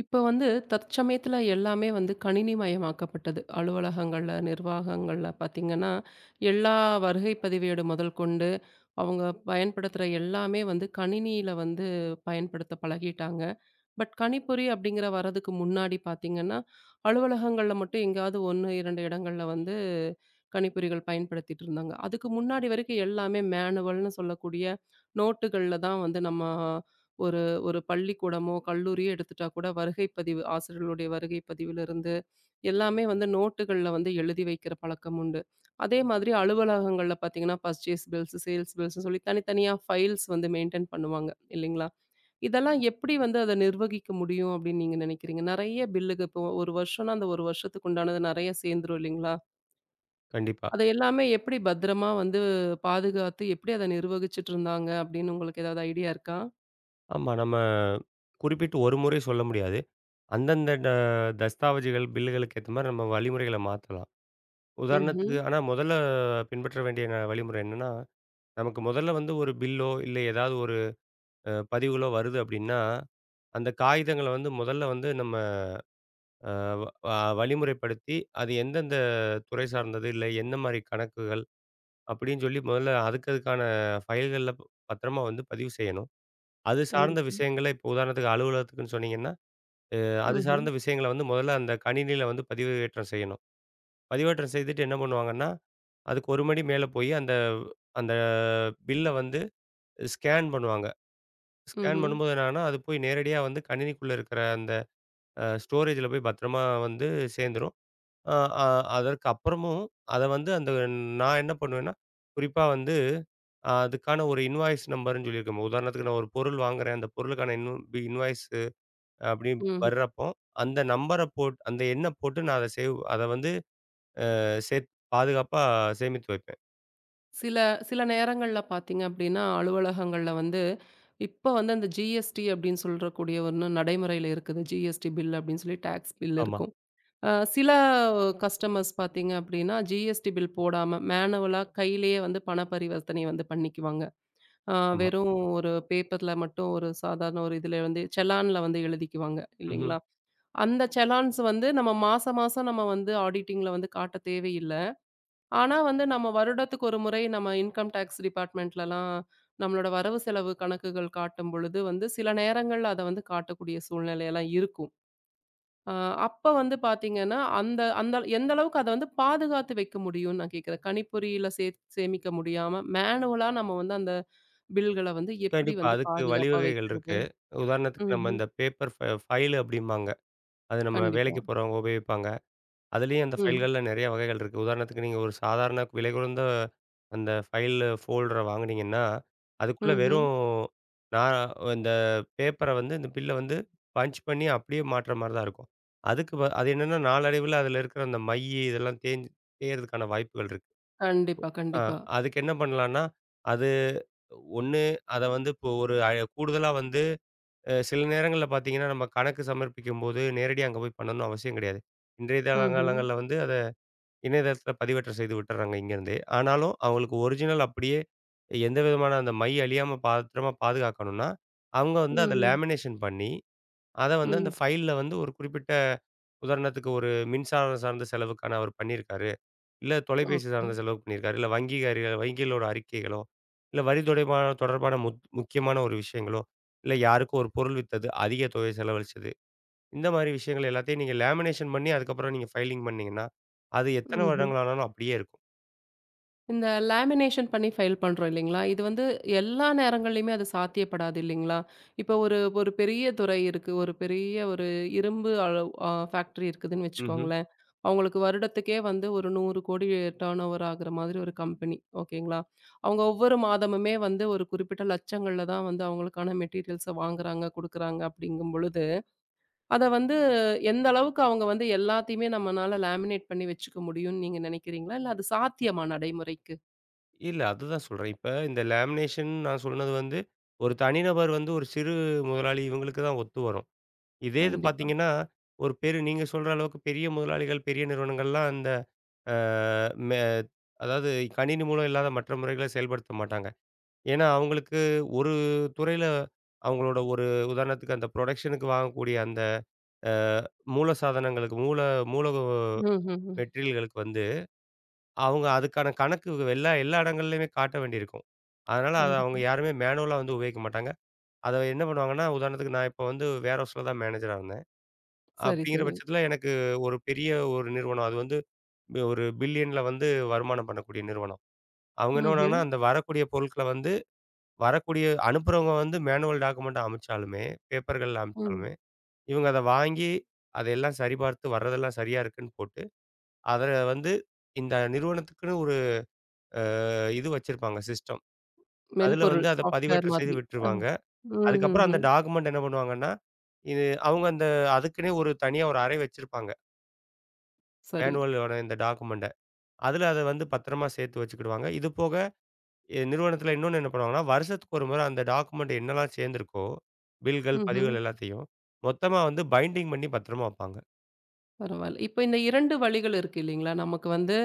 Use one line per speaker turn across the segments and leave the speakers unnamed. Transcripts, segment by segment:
இப்போ வந்து தற்சமயத்துல எல்லாமே வந்து கணினிமயமாக்கப்பட்டது. அலுவலகங்கள்ல, நிர்வாகங்கள்ல பார்த்தீங்கன்னா, எல்லா வருகை பதிவேடு முதல் கொண்டு, அவங்க பயன்படுத்துற எல்லாமே வந்து கணினியில வந்து பயன்படுத்த பழகிட்டாங்க. கணிப்பொறி அப்படிங்கிற வரதுக்கு முன்னாடி பார்த்தீங்கன்னா, அலுவலகங்கள்ல மட்டும் எங்கேயாவது 1, 2 இடங்கள்ல வந்து கணிப்பொறிகள் பயன்படுத்திட்டு இருந்தாங்க. அதுக்கு முன்னாடி வரைக்கும் எல்லாமே மேனுவல்னு சொல்லக்கூடிய நோட்டுகள்ல தான் வந்து நம்ம ஒரு ஒரு பள்ளிக்கூடமோ, கல்லூரியோ எடுத்துட்டா கூட வருகை பதிவு ஆசிரியர்களுடைய வருகை பதிவிலிருந்து எல்லாமே வந்து நோட்டுகள்ல வந்து எழுதி வைக்கிற பழக்கம் உண்டு. அதே மாதிரி அலுவலகங்கள்ல பார்த்தீங்கன்னா, பர்ச்சேஸ் பில்ஸ், சேல்ஸ் பில்ஸ்ன்னு சொல்லி தனித்தனியா ஃபைல்ஸ் வந்து மெயின்டெயின் பண்ணுவாங்க இல்லைங்களா? இதெல்லாம் எப்படி வந்து அத நிர்வகிக்க முடியும் அப்படின்னு நீங்க நினைக்கிறீங்க? நெறைய பில்லுக்கு இப்போ 1 வருஷம்னா, அந்த 1 வருஷத்துக்கு உண்டானது நெறைய சேர்ந்துரும் இல்லைங்களா?
கண்டிப்பா.
அத எல்லாமே எப்படி பத்திரமா வந்து பாதுகாத்து, எப்படி அத நிர்வகிச்சுட்டு இருந்தாங்க அப்படின்னு உங்களுக்கு ஏதாவது ஐடியா இருக்கா?
ஆமா. நம்ம குறிப்பிட்டு ஒரு முறை சொல்ல முடியாது. அந்தந்த தஸ்தாவேஜுகள், பில்லுகளுக்கு ஏத்த மாரி நம்ம வழிமுறைகள மாத்தலாம்.
ம்ஹ்ம்.
உதாரணத்துக்கு ஆனா முதல்ல பின்பற்ற வேண்டிய வழிமுறை என்னன்னா, நமக்கு முதல்ல வந்து ஒரு பில்லோ, இல்ல ஏதாவது ஒரு பதிவுகளோ வருது அப்டின்னா, அந்த காகிதங்கள வந்து முதல்ல வந்து நம்ம அ வ அ வழிமுறைப்படுத்தி, அது எந்தெந்த துறை சார்ந்தது, இல்ல எந்த மாரி கணக்குகள் அப்டின்னு சொல்லி முதல்ல அதுக்கு அதுக்கான ஃபைல்கள்ல பத்திரமா வந்து பதிவு செய்யணும். அது சார்ந்த
கண்டிப்பா.
விஷயங்கள இப்போ உதாரணத்துக்கு அலுவலகத்துக்குன்னு சொன்னீங்கன்னா அது
ம்ஹ்ம்.
சார்ந்த விஷயங்கள வந்து முதல்ல அந்த கணினியில வந்து பதிவேற்றம் செய்யணும். பதிவேற்றம் செய்துட்டு என்ன பண்ணுவாங்கன்னா, அதுக்கு ஒரு படி மேல போயி அந்த அந்த பில்ல வந்து ஸ்கேன் பண்ணுவாங்க. ஸ்கேன்
ம்ஹ்ம்.
பண்ணும்போது என்னன்னா, அது போய் நேரடியா வந்து கணினிக்குள்ள இருக்கிற அந்த ஸ்டோரேஜ்ல போய் பத்திரமா வந்து சேர்ந்துரும். அ அ அதற்கு அப்புறமும் அத வந்து அந்த நான் என்ன பண்ணுவேன்னா, குறிப்பா வந்து அதுக்கான ஒரு இன்வாய்ஸ் நம்பர்ன்னு சொல்லியிருக்கோம். உதாரணத்துக்கு நான் ஒரு பொருள் வாங்குறேன். அந்த பொருளுக்கான இன்வாய்ஸ் அப்படி
ம்ஹ்ம்.
வர்றப்போ, அந்த நம்பர போட் அந்த எண்ண போட்டு நான் அத சேவ் அத வந்து சேத் பாதுகாப்பா சேமித்து வைப்பேன்.
சில சில நேரங்கள்ல பார்த்தீங்க அப்படின்னா, அலுவலகங்கள்ல வந்து இப்ப வந்து அந்த ஜிஎஸ்டி அப்படின்னு சொல்றக்கூடிய ஒண்ணு நடைமுறையில இருக்குது. ஜிஎஸ்டி பில் அப்படின்னு சொல்லி டாக்ஸ் பில்
ஆமா,
இருக்கும். சில கஸ்டமர்ஸ் பார்த்தீங்க அப்படின்னா, ஜிஎஸ்டி பில் போடாம மேனுவலா கையிலேயே வந்து பண பரிவர்த்தனை வந்து பண்ணிக்குவாங்க. அ
ஆமா.
வெறும் ஒரு பேப்பர்ல மட்டும் ஒரு சாதாரண ஒரு இதுல வந்து செலான்ல வந்து எழுதிக்குவாங்க
ம்ஹ்ம்.
இல்லைங்களா? அந்த செலான்ஸ் வந்து நம்ம மாசம் மாசம் நம்ம வந்து ஆடிட்டிங்ல வந்து காட்ட தேவையில்ல. ஆனா வந்து நம்ம வருடத்துக்கு ஒரு முறை நம்ம இன்கம் டேக்ஸ் டிபார்ட்மெண்ட்லலாம் நம்மளோட வரவு செலவு கணக்குகள் காட்டும் பொழுது வந்து சில நேரங்கள்ல அத வந்து காட்டக்கூடிய சூழ்நிலையெல்லாம் இருக்கும். அ அப்ப வந்து பாத்தீங்கன்னா, அந்த அந்த எந்த அளவுக்கு அத வந்து பாதுகாத்து வைக்க முடியும்னு நான் கேட்கிறேன். கணிப்பொறியில சேமிக்க முடியாம, மேனுவலா நம்ம வந்து அந்த பில்கள வந்து எப்படி
கண்டிப்பா.
வந்து
அதுக்கு
பாதுகாப்பா
வழிவகைகள்
வைக்கிறது?
இருக்கு. உதாரணத்துக்கு நம்ம
ம்ஹ்ம்.
இந்த பேப்பர் ஃபைல் அப்படிம்பாங்க. அது நம்ம
கண்டிப்பா.
வேலைக்கு போறவங்க உபயோகிப்பாங்க. அதுலயும் அந்த
ம்.
ஃபைல்கள்ல நெறைய வகைகள் இருக்கு. உதாரணத்துக்கு நீங்க ஒரு சாதாரண விலை குறைந்த அந்த ஃபைல் ஃபோல்டர வாங்குனீங்கன்னா, அதுக்குள்ள
ம்ஹ்ம்.
வெறும் நான் இந்த பேப்பர வந்து இந்த பில்ல வந்து பஞ்ச் பண்ணி அப்படியே மாட்ற மாரி தான் இருக்கும். அதுக்கு அது என்னன்னா நாளடைவுல அதுல இருக்கிற அந்த மை இதெல்லாம் தேயறதுக்கான வாய்ப்புகள் இருக்கு.
கண்டிப்பா,
ஆ
கண்டிப்பா.
அதுக்கு என்ன பண்ணலான்னா, அது ஒண்ணு அத வந்து இப்போ ஒரு கூடுதலா வந்து சில நேரங்கள்ல பார்த்தீங்கன்னா, நம்ம கணக்கு சமர்ப்பிக்கும்போது நேரடியா அங்க போய் பண்ணணும்னு அவசியம் கிடையாது. இன்றைய
ம்ஹ்ம்.
காலங்கள்ல வந்து இணையதளத்தில பதிவேற்றம் செய்து விட்டுர்றாங்க இங்கேருந்தே. ஆனாலும் அவங்களுக்கு ஒரிஜினல் அப்படியே எந்த விதமான அந்த மை அழியாம பத்திரமா பாதுகாக்கணும்னா, அவங்க வந்து அத
ம்.
லேமினேஷன் பண்ணி, அத வந்து அந்த
ம்.
ஃபைல்ல வந்து ஒரு குறிப்பிட்ட உதாரணத்துக்கு ஒரு மின்சாரம் சார்ந்த செலவுக்கான அவர் பண்ணியிருக்காரு. இல்ல தொலைபேசி
ஓகே.
சார்ந்த செலவு பண்ணியிருக்காரு. இல்ல வங்கிகாரி வங்கிகளோட அறிக்கைகளோ, இல்ல வரி தொடர்பான தொடர்பான முக்கியமான ஒரு விஷயங்களோ, இல்ல யாருக்கும் ஒரு பொருள் வித்தது, அதிக தொகை செலவழிச்சது. இந்த மாரி விஷயங்கள் எல்லாத்தையும் நீங்க லேமினேஷன் பண்ணி, அதுக்கப்புறம் நீங்க ஃபைலிங் பண்ணீங்கன்னா, அது எத்தன
ம்ஹ்ம்.
வருடங்கள் ஆனாலும் அப்படியே இருக்கும்.
இந்த லேமினேஷன் பண்ணி ஃபைல் பண்றோம் இல்லைங்களா? இது வந்து எல்லா நேரங்கள்லயுமே அது சாத்தியப்படாது இல்லைங்களா? இப்போ ஒரு ஒரு பெரிய துறை இருக்கு. ஒரு பெரிய ஒரு இரும்பு அளவு ஃபேக்டரி இருக்குதுன்னு
ம்ஹ்ம்.
வச்சுக்கோங்களேன். அவங்களுக்கு வருடத்துக்கே வந்து ஒரு 100,00,00,000 டர்ன் ஓவர் ஆகுற மாதிரி ஒரு கம்பெனி. ஓகேங்களா? அவங்க ஒவ்வொரு மாதமுமே வந்து ஒரு குறிப்பிட்ட லட்சங்கள்ல தான் வந்து அவங்களுக்கான மெட்டீரியல்ஸ வாங்குறாங்க, குடுக்குறாங்க அப்படிங்கும் பொழுது, அத வந்து எந்த அளவுக்கு அவங்க வந்து எல்லாத்தையுமே நம்மனால லேமினேட் பண்ணி வச்சுக்க முடியும்னு நீங்க நினைக்கிறீங்களா? இல்ல அது சாத்தியமா நடைமுறைக்கு?
இல்ல அதுதான் சொல்றேன். இப்ப இந்த லேமினேஷன் நான் சொன்னது வந்து, ஒரு தனிநபர் வந்து ஒரு சிறு முதலாளி இவங்களுக்கு தான் ஒத்து வரும். இதே இது
கண்டிப்பா.
பார்த்தீங்கன்னா, ஒரு பெரு நீங்க சொல்ற அளவுக்கு பெரிய முதலாளிகள், பெரிய நிறுவனங்கள்லாம் அந்த அ மெ அதாவது கணினி மூலம் இல்லாத மற்ற முறைகள செயல்படுத்த மாட்டாங்க. ஏன்னா, அவங்களுக்கு ஒரு துறையில அவங்களோட ஒரு உதாரணத்துக்கு அந்த புரொடக்ஷனுக்கு வாங்கக்கூடிய அந்த அ மூல சாதனங்களுக்கு, மூல மூல
ம், ம், ம்.
மெட்டீரியல்களுக்கு வந்து அவங்க அதுக்கான கணக்கு எல்லா எல்லா இடங்கள்லயுமே காட்ட வேண்டியிருக்கும். அதனால அத அவங்க
கண்டிப்பா.
யாருமே மேனுவலா வந்து உபயோகிக்க மாட்டாங்க. அத என்ன பண்ணுவாங்கன்னா, உதாரணத்துக்கு நான் இப்ப வந்து வேர்ஹவுஸ்ல தான் மேனேஜரா இருந்தேன்.
சரி,
அப்படிங்கிற
சரி.
பட்சத்தில எனக்கு ஒரு பெரிய ஒரு நிறுவனம். அது வந்து ஒரு பில்லியன்ல வந்து வருமானம் பண்ணக்கூடிய நிறுவனம். அவங்க என்ன
ம்ஹ்ம்.
பண்ணாங்கன்னா, அந்த வரக்கூடிய பொருட்கள வந்து வரக்கூடிய அனுப்புறவங்க வந்து மேனுவல் டாக்குமெண்ட்டா அனுப்பிச்சாலுமே, பேப்பர்கள்ல
ம்.
அனுப்பிச்சாலுமே, இவங்க அத வாங்கி, அதையெல்லாம் சரிபார்த்து வர்றதெல்லாம் சரியா இருக்குன்னு போட்டு அதுல வந்து இந்த நிறுவனத்துக்குன்னு ஒரு இது வச்சிருப்பாங்க சிஸ்டம். அதுல
மென்பொருள்
வந்து அத
சாஃப்ட்வேர்
பதிவேற்றம் செய்து
மாதிரி. அ.
விட்டுருவாங்க.
ம், ம்,
அதுக்கப்புறம் அந்த
ம்.
டாக்குமெண்ட் என்ன பண்ணுவாங்கன்னா, இது அவங்க அந்த அதுக்குன்னே ஒரு தனியா ஒரு அறை வச்சிருப்பாங்க.
சரி.
மேனுவலோட இந்த டாக்குமெண்ட்ட. அதுல அத வந்து பத்திரமா சேர்த்து வச்சுக்கிடுவாங்க. இது போக நிறுவனத்துல இன்னொன்னு என்ன பண்ணுவாங்கன்னா, வருஷத்துக்கு ஒரு முறை அந்த டாக்குமெண்ட் என்னலாம் சேர்ந்திருக்கோ, பில்கள்,
ம்ஹ்ம்.
பதிவுகள் எல்லாத்தையும் மொத்தமா வந்து பைண்டிங் பண்ணி பத்திரமா வப்பாங்க.
பரவால்ல. இப்ப இந்த 2 வழிகள் இருக்கு இல்லைங்களா? நமக்கு வந்து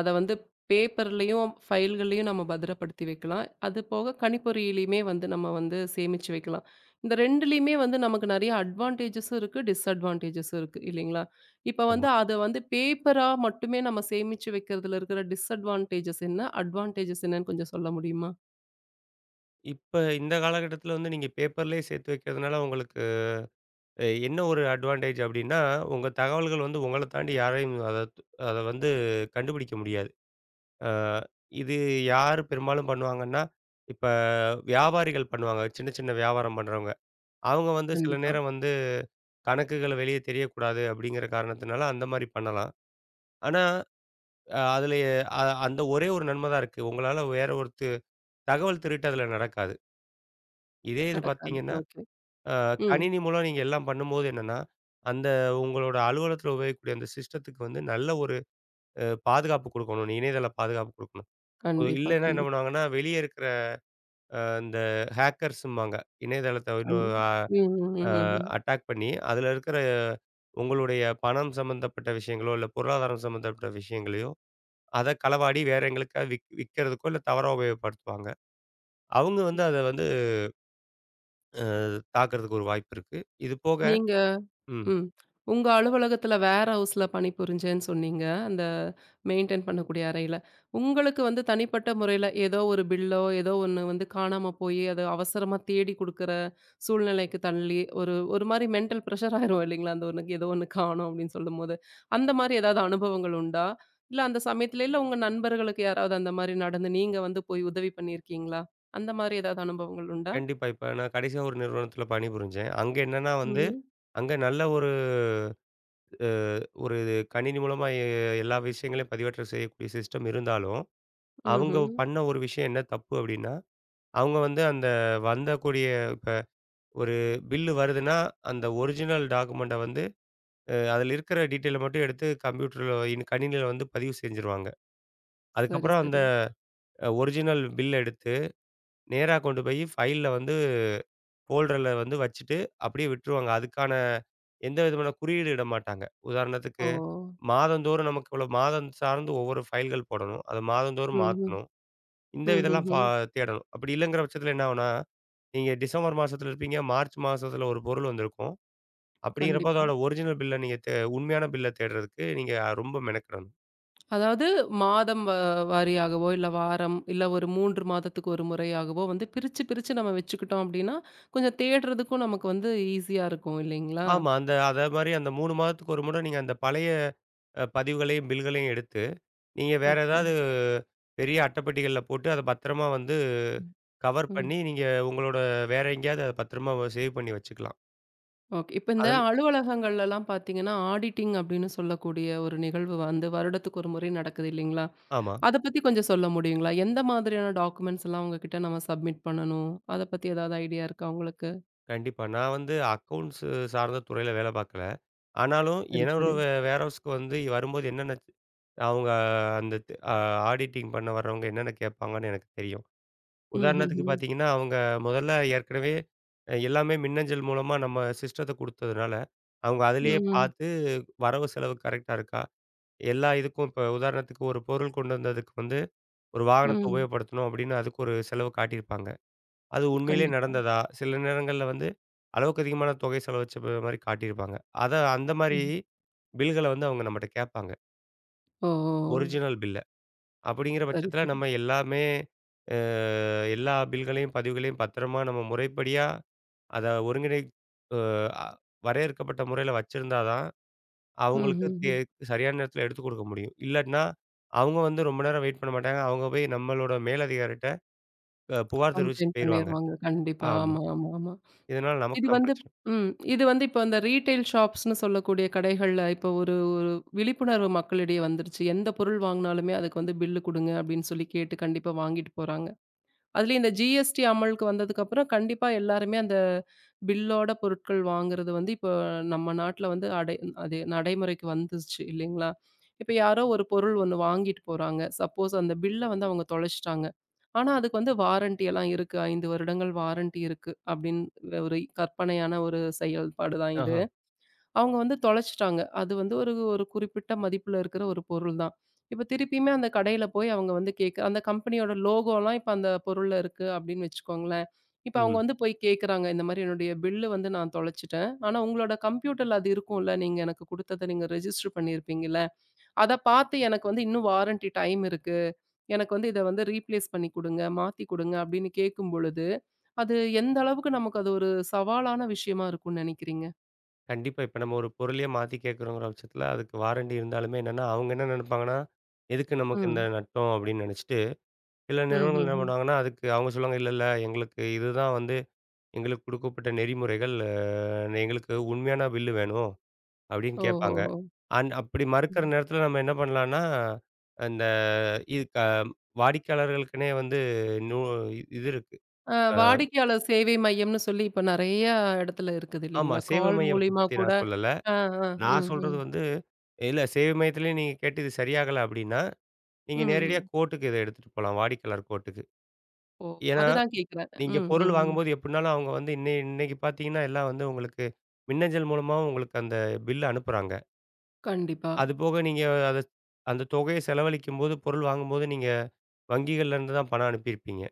அத வந்து பேப்பர்லயும், ஃபைல்கள்லயும் நம்ம பத்திரப்படுத்தி வைக்கலாம். அது போக கணிப்பொறியிலயுமே வந்து நம்ம வந்து சேமிச்சு வைக்கலாம். இந்த 2லயுமே வந்து நமக்கு நெறைய அட்வான்டேஜஸும் இருக்கு, டிஸ்அட்வான்டேஜஸும் இருக்கு இல்லைங்களா? இப்ப
ஆமா.
வந்து அத வந்து பேப்பரா மட்டுமே நம்ம சேமிச்சு வைக்கிறதுல இருக்கிற டிஸ்அட்வான்டேஜஸ் என்ன? அட்வான்டேஜஸ் என்னன்னு கொஞ்சம் சொல்ல முடியுமா?
இப்ப இந்த காலகட்டத்துல வந்து நீங்க பேப்பர்லயே சேர்த்து வைக்கிறதுனால உங்களுக்கு என்ன ஒரு அட்வான்டேஜ் அப்டின்னா, உங்க தகவல்கள் வந்து உங்கள தாண்டி யாரையும் அத அத வந்து கண்டுபிடிக்க முடியாது. அ இது யார் பெரும்பாலும் பண்ணுவாங்கன்னா, இப்ப வியாபாரிகள் பண்ணுவாங்க. சின்ன சின்ன வியாபாரம் பண்றவங்க. அவங்க வந்து சில
கண்டிப்பா.
நேரம் வந்து கணக்குகள் வெளிய தெரியக்கூடாது அப்டிங்கிற காரணத்தினால அந்த மாரி பண்ணலாம். ஆனா, அதுல அந்த ஒரே ஒரு நன்மை தான் இருக்கு. உங்களால வேற ஒருத்து தகவல் திருட்டு அதுல நடக்காது. இதே இது
நடக்காது.
பார்த்தீங்கன்னா
ஓகே.
அ
ம்.
கணினி மூலம் நீங்க எல்லாம் பண்ணும்போது என்னன்னா, அந்த உங்களோட அலுவலகத்தில உபயோகிக்கக்கூடிய அந்த சிஸ்டத்துக்கு வந்து நல்ல ஒரு பாதுகாப்பு குடுக்கணும். இணையதள பாதுகாப்பு குடுக்கணும்.
கண்டிப்பா,
இல்லன்னா என்ன
கண்டிப்பா.
பண்ணுவாங்கன்னா, வெளிய இருக்கிற இந்த ஹேக்கர்ஸும்பாங்க. இணையதளத்த
கண்
இன்னும் அ
ம், ம்,
அ
ம், ம்.
அட்டாக் பண்ணி, அதில இருக்கிற உங்களுடைய பணம் சம்மந்தப்பட்ட விஷயங்களோ, இல்ல பொருளாதாரம் சம்மந்தப்பட்ட விஷயங்களையோ, அத களவாடி வேற எங்களுக்காக விக்கிறதுக்கோ, இல்ல தவறா உபயோகப்படுத்துவாங்க. அவங்க வந்து அத வந்து அ தாக்குறதுக்கு ஒரு வாய்ப்பு இருக்கு. இது போக
நீங்க
ம்.
ம். உங்க அலுவலகத்துல வேர் ஹவுஸ்ல பணிபுரிஞ்சேன்னு சொன்னீங்க. அந்த மெயின்டெயின் பண்ணக்கூடிய அறையில. உங்களுக்கு வந்து தனிப்பட்ட முறையில ஏதோ ஒரு பில்லோ, ஏதோ ஒண்ணு வந்து காணாம போயி, அது அவசரமா தேடி குடுக்குற சூழ்நிலைக்கு தள்ளி, ஒரு ஒரு மாரி மென்டல் ப்ரெஷர் ஆயிரும் இல்லைங்களா? அந்த ஒண்ணுக்கு ஏதோ ஒண்ணு காணோம் அப்படின்னு சொல்லும்போது. அந்த மாரி ஏதாவது அனுபவங்கள் உண்டா? இல்ல அந்த சமயத்துல இல்ல உங்க நண்பர்களுக்கு யாராவது அந்த மாரி நடந்து நீங்க வந்து போய் உதவி பண்ணியிருக்கீங்களா? அந்த மாரி ஏதாவது அனுபவங்கள் உண்டா?
கண்டிப்பா. இப்ப நான் கடைசியா ஒரு நிறுவனத்தில பணிபுரிஞ்சேன். அங்க என்னன்னா வந்து,
ம்ஹ்ம்.
அங்க நல்ல ஒரு அ ஒரு கணினி மூலமா எல்லா விஷயங்களையும் பதிவேற்றம் செய்யக்கூடிய சிஸ்டம் இருந்தாலும், அவங்க
ம்ஹ்ம்.
பண்ண ஒரு விஷயம் என்ன தப்பு அப்டின்னா, அவங்க வந்து அந்த வந்தக்கூடிய இப்ப ஒரு பில்லு வருதுன்னா, அந்த ஒரிஜினல் டாக்குமெண்ட்ட வந்து அதில இருக்கிற டீட்டெயில மட்டும் எடுத்து கம்ப்யூட்டர்ல இன் கணினியில வந்து பதிவு செஞ்சுருவாங்க.
சரி,
அதுக்கப்புறம் அந்த
சரி.
ஒரிஜினல் பில் எடுத்து நேரா கொண்டு போய் ஃபைல்ல வந்து ஃபோல்டர்ல வந்து வச்சுட்டு அப்படியே விட்டுருவாங்க. அதுக்கான எந்த விதமான குறியீடு இட மாட்டாங்க. உதாரணத்துக்கு
ஓ!
மாதந்தோறும் நமக்கு இவ்வளோ மாதம் சார்ந்து ஒவ்வொரு ஃபைல்கள் போடணும். அத மாதந்தோறும்
ம்ஹ்ம்.
மாத்தணும். இந்த இதெல்லாம் பா
ம்ஹ்ஹ்ம்.
தேடணும். அப்படி இல்லங்கிற பட்சத்தில என்ன ஆகும்னா, நீங்க டிசம்பர் மாசத்துல இருப்பீங்க. மார்ச் மாசத்துல ஒரு பொருள் வந்திருக்கும். அப்படிங்கிறப்ப
கண்டிப்பா.
அதோட ஒரிஜினல் பில்ல நீங்க தே உண்மையான பில்ல தேடுறதுக்கு நீங்க ரொம்ப மெனக்கிடணும்.
அதாவது மாதம் வாரியாகவோ, இல்ல வாரம், இல்ல ஒரு 3 மாதத்துக்கு ஒரு முறையாகவோ வந்து பிரிச்சு, பிரிச்சு நம்ம வச்சுக்கிட்டோம் அப்டின்னா, கொஞ்சம் தேடுறதுக்கும் நமக்கு வந்து ஈஸியா இருக்கும் இல்லைங்களா?
ஆமா. அந்த அதே மாரி அந்த 3 மாதத்துக்கு ஒரு முறை நீங்க அந்த பழைய பதிவுகளையும், பில்களையும் எடுத்து நீங்க வேற
ஓகே.
ஏதாவது பெரிய அட்டைப்பெட்டிகள்ல போட்டு அத பத்திரமா வந்து
ம்.
கவர்
ம்.
பண்ணி, நீங்க உங்களோட வேற எங்கேயாவது அத பத்திரமா சேவ் பண்ணி வச்சுக்கலாம்.
ஓகே. இப்ப இந்த
அதன்
அலுவலகங்கள்லலாம் பார்த்தீங்கன்னா, ஆடிட்டிங் அப்டின்னு சொல்லக்கூடிய ஒரு நிகழ்வு வந்து வருடத்துக்கு ஒரு முறை நடக்குது இல்லைங்களா?
ஆமா.
அத பத்தி கொஞ்சம் சொல்ல முடியுங்களா? எந்த மாதிரியான டாக்குமெண்ட்ஸ் எல்லாம் உங்க கிட்ட நம்ம சப்மிட் பண்ணணும்? அத பத்தி ஏதாவது ஐடியா இருக்கா உங்களுக்கு?
கண்டிப்பா. நான் வந்து அக்கவுண்ட்ஸ் சார்ந்த துறையில வேலை பார்க்கல. ஆனாலும்
சரி,
என்னோட
சரி.
வேர்ஹவுஸ்க்கு வந்து வரும்போது என்னென்ன அவங்க அந்த த் அ ஆடிட்டிங் பண்ண வர்றவங்க என்னென்ன கேட்பாங்கன்னு எனக்கு தெரியும்.
ம்ஹ்ஹ்ம்.
உதாரணத்துக்கு பார்த்தீங்கன்னா, அவங்க முதல்ல ஏற்கனவே எல்லாமே மின்னஞ்சல் மூலமா நம்ம சிஸ்டத்த குடுத்ததுனால, அவங்க அதிலேயே
ம்.
பார்த்து வரவு செலவு கரெக்ட்டா இருக்கா? எல்லா இதுக்கும் இப்ப உதாரணத்துக்கு ஒரு பொருள் கொண்டு வந்ததுக்கு வந்து, ஒரு வாகனத்த
ம்.
உபயோகப்படுத்தணும் அப்படின்னு அதுக்கு ஒரு செலவு காட்டியிருப்பாங்க. அது உண்மையிலேயே
கண்டிப்பா.
நடந்ததா? சில நேரங்கள்ல வந்து அளவுக்கு அதிகமான தொகை செலவச்ச ப மாரி காட்டியிருப்பாங்க. அத அந்த மாரி
ம்.
பில்கள வந்து அவங்க நம்மட்ட கேட்பாங்க.
ஓ! ஓ! ஓ!
ஒரிஜினல் பில்ல. அப்படிங்கிற
சரி,
பட்சத்தில
சரி.
நம்ம எல்லாமே அ எல்லா பில்களையும், பதிவுகளையும் பத்திரமா நம்ம முறைப்படியா அத ஒருங்கிணை அ வரையறுக்கப்பட்ட முறையில வச்சிருந்தா தான்
ம்,
அவங்களுக்கு
ம், ம்.
சரியான நேரத்தில எடுத்துக் கொடுக்க முடியும். இல்லாட்டினா, அவங்க வந்து ரொம்ப நேரம் வெயிட் பண்ண மாட்டாங்க. அவங்க போய் நம்மளோட மேலதிகாரிட்ட புகார் தெரிவிச்சுட்டு
கம்ப்ளைண்ட்
போயிருவாங்க.
பண்ணிருவாங்க. கண்டிப்பா.
ஆமா.
ஆமா, ஆமா, ஆமா.
இதனால நமக்கு
இது
தான்
வந்து
பிரச்சனை.
ம். இது வந்து இப்ப அந்த ரீட்டெயில் ஷாப்ஸ்ன்னு சொல்லக்கூடிய கடைகள்ல இப்ப ஒரு ஒரு விழிப்புணர்வு மக்களிடையே வந்துருச்சு. எந்த பொருள் வாங்குனாலுமே அதுக்கு வந்து பில்லு குடுங்க அப்படின்னு சொல்லி கேட்டு கண்டிப்பா வாங்கிட்டு போறாங்க. அதுலயும் இந்த ஜிஎஸ்டி அமலுக்கு வந்ததுக்கப்புறம் கண்டிப்பா எல்லாருமே அந்த பில்லோட பொருட்கள் வாங்குறது வந்து இப்போ நம்ம நாட்டுல வந்து அது நடைமுறைக்கு வந்துருச்சு இல்லைங்களா? இப்ப யாரோ ஒரு பொருள் ஒண்ணு வாங்கிட்டு போறாங்க. சப்போஸ் அந்த பில்ல வந்து அவங்க தொலைச்சுட்டாங்க. ஆனா, அதுக்கு வந்து வாரண்டி எல்லாம் இருக்கு. 5 வருடங்கள் வாரண்டி இருக்கு. அப்படின்னு ஒரு கற்பனையான ஒரு செயல்பாடு தான் இது.
ஆஹா.
அவங்க வந்து தொலைச்சுட்டாங்க. அது வந்து ஒரு ஒரு குறிப்பிட்ட மதிப்புல இருக்கிற ஒரு பொருள் தான். இப்ப திருப்பியுமே அந்த கடையில போய் அவங்க வந்து கேட்க அந்த கம்பெனியோட லோகோலாம் இப்ப அந்த பொருள்ல இருக்கு அப்படின்னு வச்சுக்கோங்களேன். இப்ப அவங்க
ம்.
வந்து போய் கேட்கறாங்க. இந்த மாரி என்னுடைய பில்லு வந்து நான் தொலைச்சுட்டேன். ஆனா உங்களோட கம்ப்யூட்டர்ல அது இருக்கும்ல. நீங்க எனக்கு குடுத்தத நீங்க ரெஜிஸ்டர் பண்ணியிருப்பீங்கல்ல. அத பார்த்து எனக்கு வந்து இன்னும் வாரண்டி டைம் இருக்கு. எனக்கு வந்து இத வந்து ரீப்ளேஸ் பண்ணி குடுங்க, மாத்தி குடுங்க அப்படின்னு கேட்கும் பொழுது, அது எந்த அளவுக்கு நமக்கு அது ஒரு சவாலான விஷயமா இருக்கும்னு நினைக்கிறீங்க?
கண்டிப்பா. இப்ப நம்ம ஒரு பொருளயே மாத்தி கேட்கிறோங்கிற பட்சத்தில, அதுக்கு வாரண்டி இருந்தாலுமே என்னன்னா, அவங்க என்ன நெனைப்பாங்கன்னா, எதுக்கு நமக்கு இந்த
ம்.
நட்டம் அப்படின்னு நெனைச்சுட்டு, சில நிறுவனங்கள் என்ன
ம்ஹ்ம்.
பண்ணுவாங்கன்னா, அதுக்கு அவங்க சொல்லுவாங்க, இல்ல, இல்ல எங்களுக்கு இதுதான் வந்து எங்களுக்கு கொடுக்கப்பட்ட நெறிமுறைகள். எங்களுக்கு உண்மையான பில்லு வேணும் அப்படின்னு கேட்பாங்க.
ஓஹோஹோ!
அப்படி மறுக்கிற
ம்.
நேரத்தில நம்ம என்ன பண்ணலான்னா, அந்த இது க வாடிக்கையாளர்களுக்குன்னே வந்து நூ இது இருக்கு. அ
வாடிக்கையாளர் சேவை மையம்னு சொல்லி இப்ப நெறைய இடத்துல இருக்குது
ஆமா
இல்லைங்களா?
சேவை
கால்
மையத்த
மூலியமா
பத்தி
கூட
நான் சொல்லல.
ஆ, ஆ.
நான்
ம்,
சொல்றது
ம்.
வந்து இல்ல சேவை மையத்திலேயே நீங்க கேட்டு இது சரியாகல அப்டின்னா,
ம்,
நீங்க நேரடியா
ம்.
கோர்ட்டுக்கு இத எடுத்துட்டு போலாம். வாடிக்கையாளர் கோர்ட்டுக்கு.
ஓ!
ஏன்னா,
அதுதான் கேட்கிறேன்.
நீங்க
ம்,
பொருள்
ம், ம்.
வாங்கும்போது எப்டினாலும் அவங்க வந்து இன்னைக்கு பார்த்தீங்கன்னா, எல்லாம் வந்து உங்களுக்கு மின்னஞ்சல் மூலமாவும் உங்களுக்கு அந்த பில் அனுப்புறாங்க.
கண்டிப்பா,
அதுபோக நீங்க அத அந்த தொகையை செலவழிக்கும்போது, பொருள் வாங்கும்போது நீங்க வங்கிகள்ல இருந்து தான் பணம் அனுப்பியிருப்பீங்க.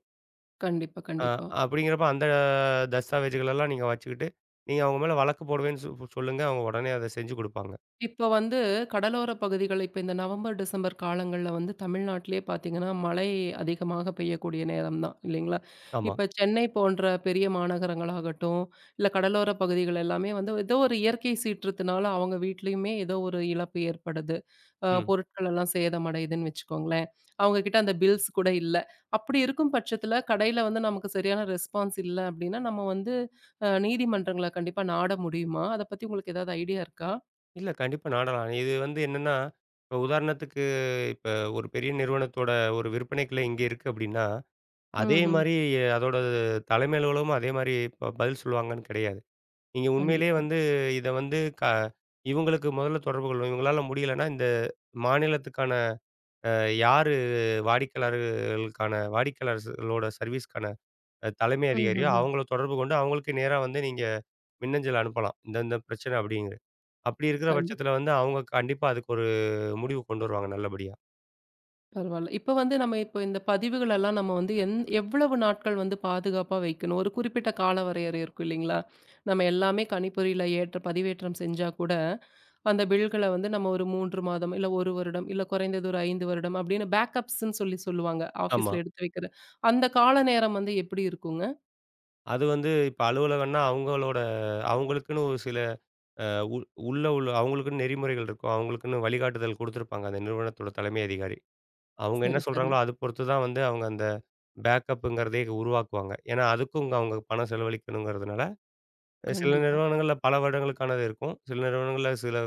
கண்டிப்பா,
ஆ
கண்டிப்பா.
அப்படிங்கிறப்ப அந்த தஸ்தாவேஜுகள் எல்லாம் நீங்க வச்சுக்கிட்டு, நீங்க அவங்க மேல வழக்கு போடுவேன்னு சொ சொல்லுங்க. அவங்க உடனே அத செஞ்சு குடுப்பாங்க.
இப்ப வந்து கடலோர பகுதிகள் இப்ப இந்த நவம்பர், டிசம்பர் காலங்கள்ல வந்து தமிழ்நாட்டிலேயே பார்த்தீங்கன்னா, மழை அதிகமாக பெய்யக்கூடிய நேரம் தான் இல்லைங்களா?
ஆமா.
இப்ப சென்னை போன்ற பெரிய மாநகரங்களாகட்டும், இல்ல கடலோர பகுதிகள் எல்லாமே வந்து ஏதோ ஒரு இயற்கை சீற்றத்தினால அவங்க வீட்லயுமே ஏதோ ஒரு இழப்பு ஏற்படுது.
ம்.
பொருட்கள் எல்லாம் சேதமடையுதுன்னு வச்சுக்கோங்களேன். அவங்க கிட்ட அந்த பில்ஸ் கூட இல்ல. அப்படி இருக்கும் பட்சத்தில கடையில வந்து நமக்கு சரியான ரெஸ்பான்ஸ் இல்ல அப்படின்னா, நம்ம வந்து நீதிமன்றங்கள கண்டிப்பா நாட முடியுமா? அத பத்தி உங்களுக்கு ஏதாவது ஐடியா இருக்கா?
இல்ல கண்டிப்பா நாடலாம். இது வந்து என்னன்னா, இப்ப உதாரணத்துக்கு இப்ப ஒரு பெரிய நிறுவனத்தோட ஒரு விற்பனை கிளை இங்க இருக்கு அப்படின்னா, அதே
ம்ஹ்ம்.
மாரி அதோட தலைமை அலுவலகமும் அதே மாரி பதில் சொல்லுவாங்கன்னு கிடையாது. நீங்க உண்மையிலேயே
கண்டிப்பா.
வந்து இத வந்து க இவங்களுக்கு முதல்ல தொடர்பு கொள்ளணும். இவங்களால முடியலன்னா, இந்த மாநிலத்துக்கான அ யாரு வாடிக்கையாளர்களுக்கான வாடிக்கையாளர்களோட சர்வீஸ்க்கான தலைமை அதிகாரியோ,
ம்ஹ்ஹ்ம்.
அவங்கள தொடர்பு கொண்டு அவங்களுக்கு நேரா வந்து நீங்க மின்னஞ்சல் அனுப்பலாம். இந்த இந்த பிரச்சனை அப்படிங்கு. அப்படி இருக்கிற
கண்டிப்
பட்சத்தில வந்து அவங்க கண்டிப்பா அதுக்கு ஒரு முடிவு கொண்டு வருவாங்க நல்லபடியா.
பரவால்ல. இப்ப வந்து நம்ம இப்ப இந்த பதிவுகள் எல்லாம் நம்ம வந்து எவ்வளவு நாட்கள் வந்து பாதுகாப்பா வைக்கணும்? ஒரு குறிப்பிட்ட கால வரையறை இருக்கும் இல்லைங்களா? நம்ம எல்லாமே கணிப்பொறியில ஏற்ற பதிவேற்றம் செஞ்சா கூட, அந்த பில்கள வந்து நம்ம ஒரு 3 மாதம், இல்ல 1 வருடம், இல்ல குறைந்தது ஒரு 5 வருடம் அப்படின்னு பேக்கப்ஸ்ன்னு சொல்லி சொல்லுவாங்க.
ஆமா.
ஆஃபீஸ்ல எடுத்து வைக்கிற. அந்த கால நேரம் வந்து எப்படி இருக்குங்க?
அது வந்து இப்ப அலுவலகம்னா அவங்களோட அவங்களுக்குன்னு ஒரு சில அ உ உள்ள உள்ள அவங்களுக்குன்னு நெறிமுறைகள் இருக்கும். அவங்களுக்குன்னு வழிகாட்டுதல் குடுத்துருப்பாங்க அந்த நிறுவனத்தோட தலைமை அதிகாரி. அவங்க என்ன
சரி, சரி.
சொல்றாங்களோ அது பொறுத்து தான் வந்து அவங்க அந்த பேக்கப்புங்கிறதே உருவாக்குவாங்க. ஏன்னா அதுக்கும் அவங்க பணம் செலவழிக்கணுங்கிறதுனால, சில
கண்டிப்பா.
நிறுவனங்கள்ல பல வருடங்களுக்கானது இருக்கும். சில நிறுவனங்கள்ல சில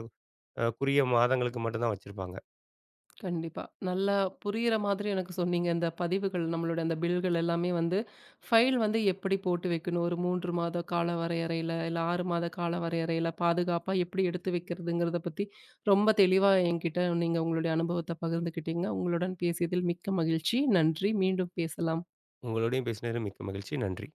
குறுகிய மாதங்களுக்கு மட்டும் தான் வச்சிருப்பாங்க.
கண்டிப்பா. நல்லா புரியிற மாதிரி எனக்கு சொன்னீங்க. இந்த பதிவுகள் நம்மளோட அந்த பில்கள் எல்லாமே வந்து ஃபைல் வந்து எப்படி போட்டு வைக்கணும்? ஒரு 3 மாத கால வரையறையில, இல்ல 6 மாத கால வரையறையில பாதுகாப்பா எப்படி எடுத்து வைக்கிறதுங்கிறத பத்தி ரொம்ப தெளிவா என்கிட்ட நீங்க உங்களுடைய அனுபவத்த பகிர்ந்துக்கிட்டீங்க. உங்களுடன் பேசியதில் மிக்க மகிழ்ச்சி. நன்றி. மீண்டும் பேசலாம்.
உங்களோடையும் பேசினதில மிக்க மகிழ்ச்சி. நன்றி.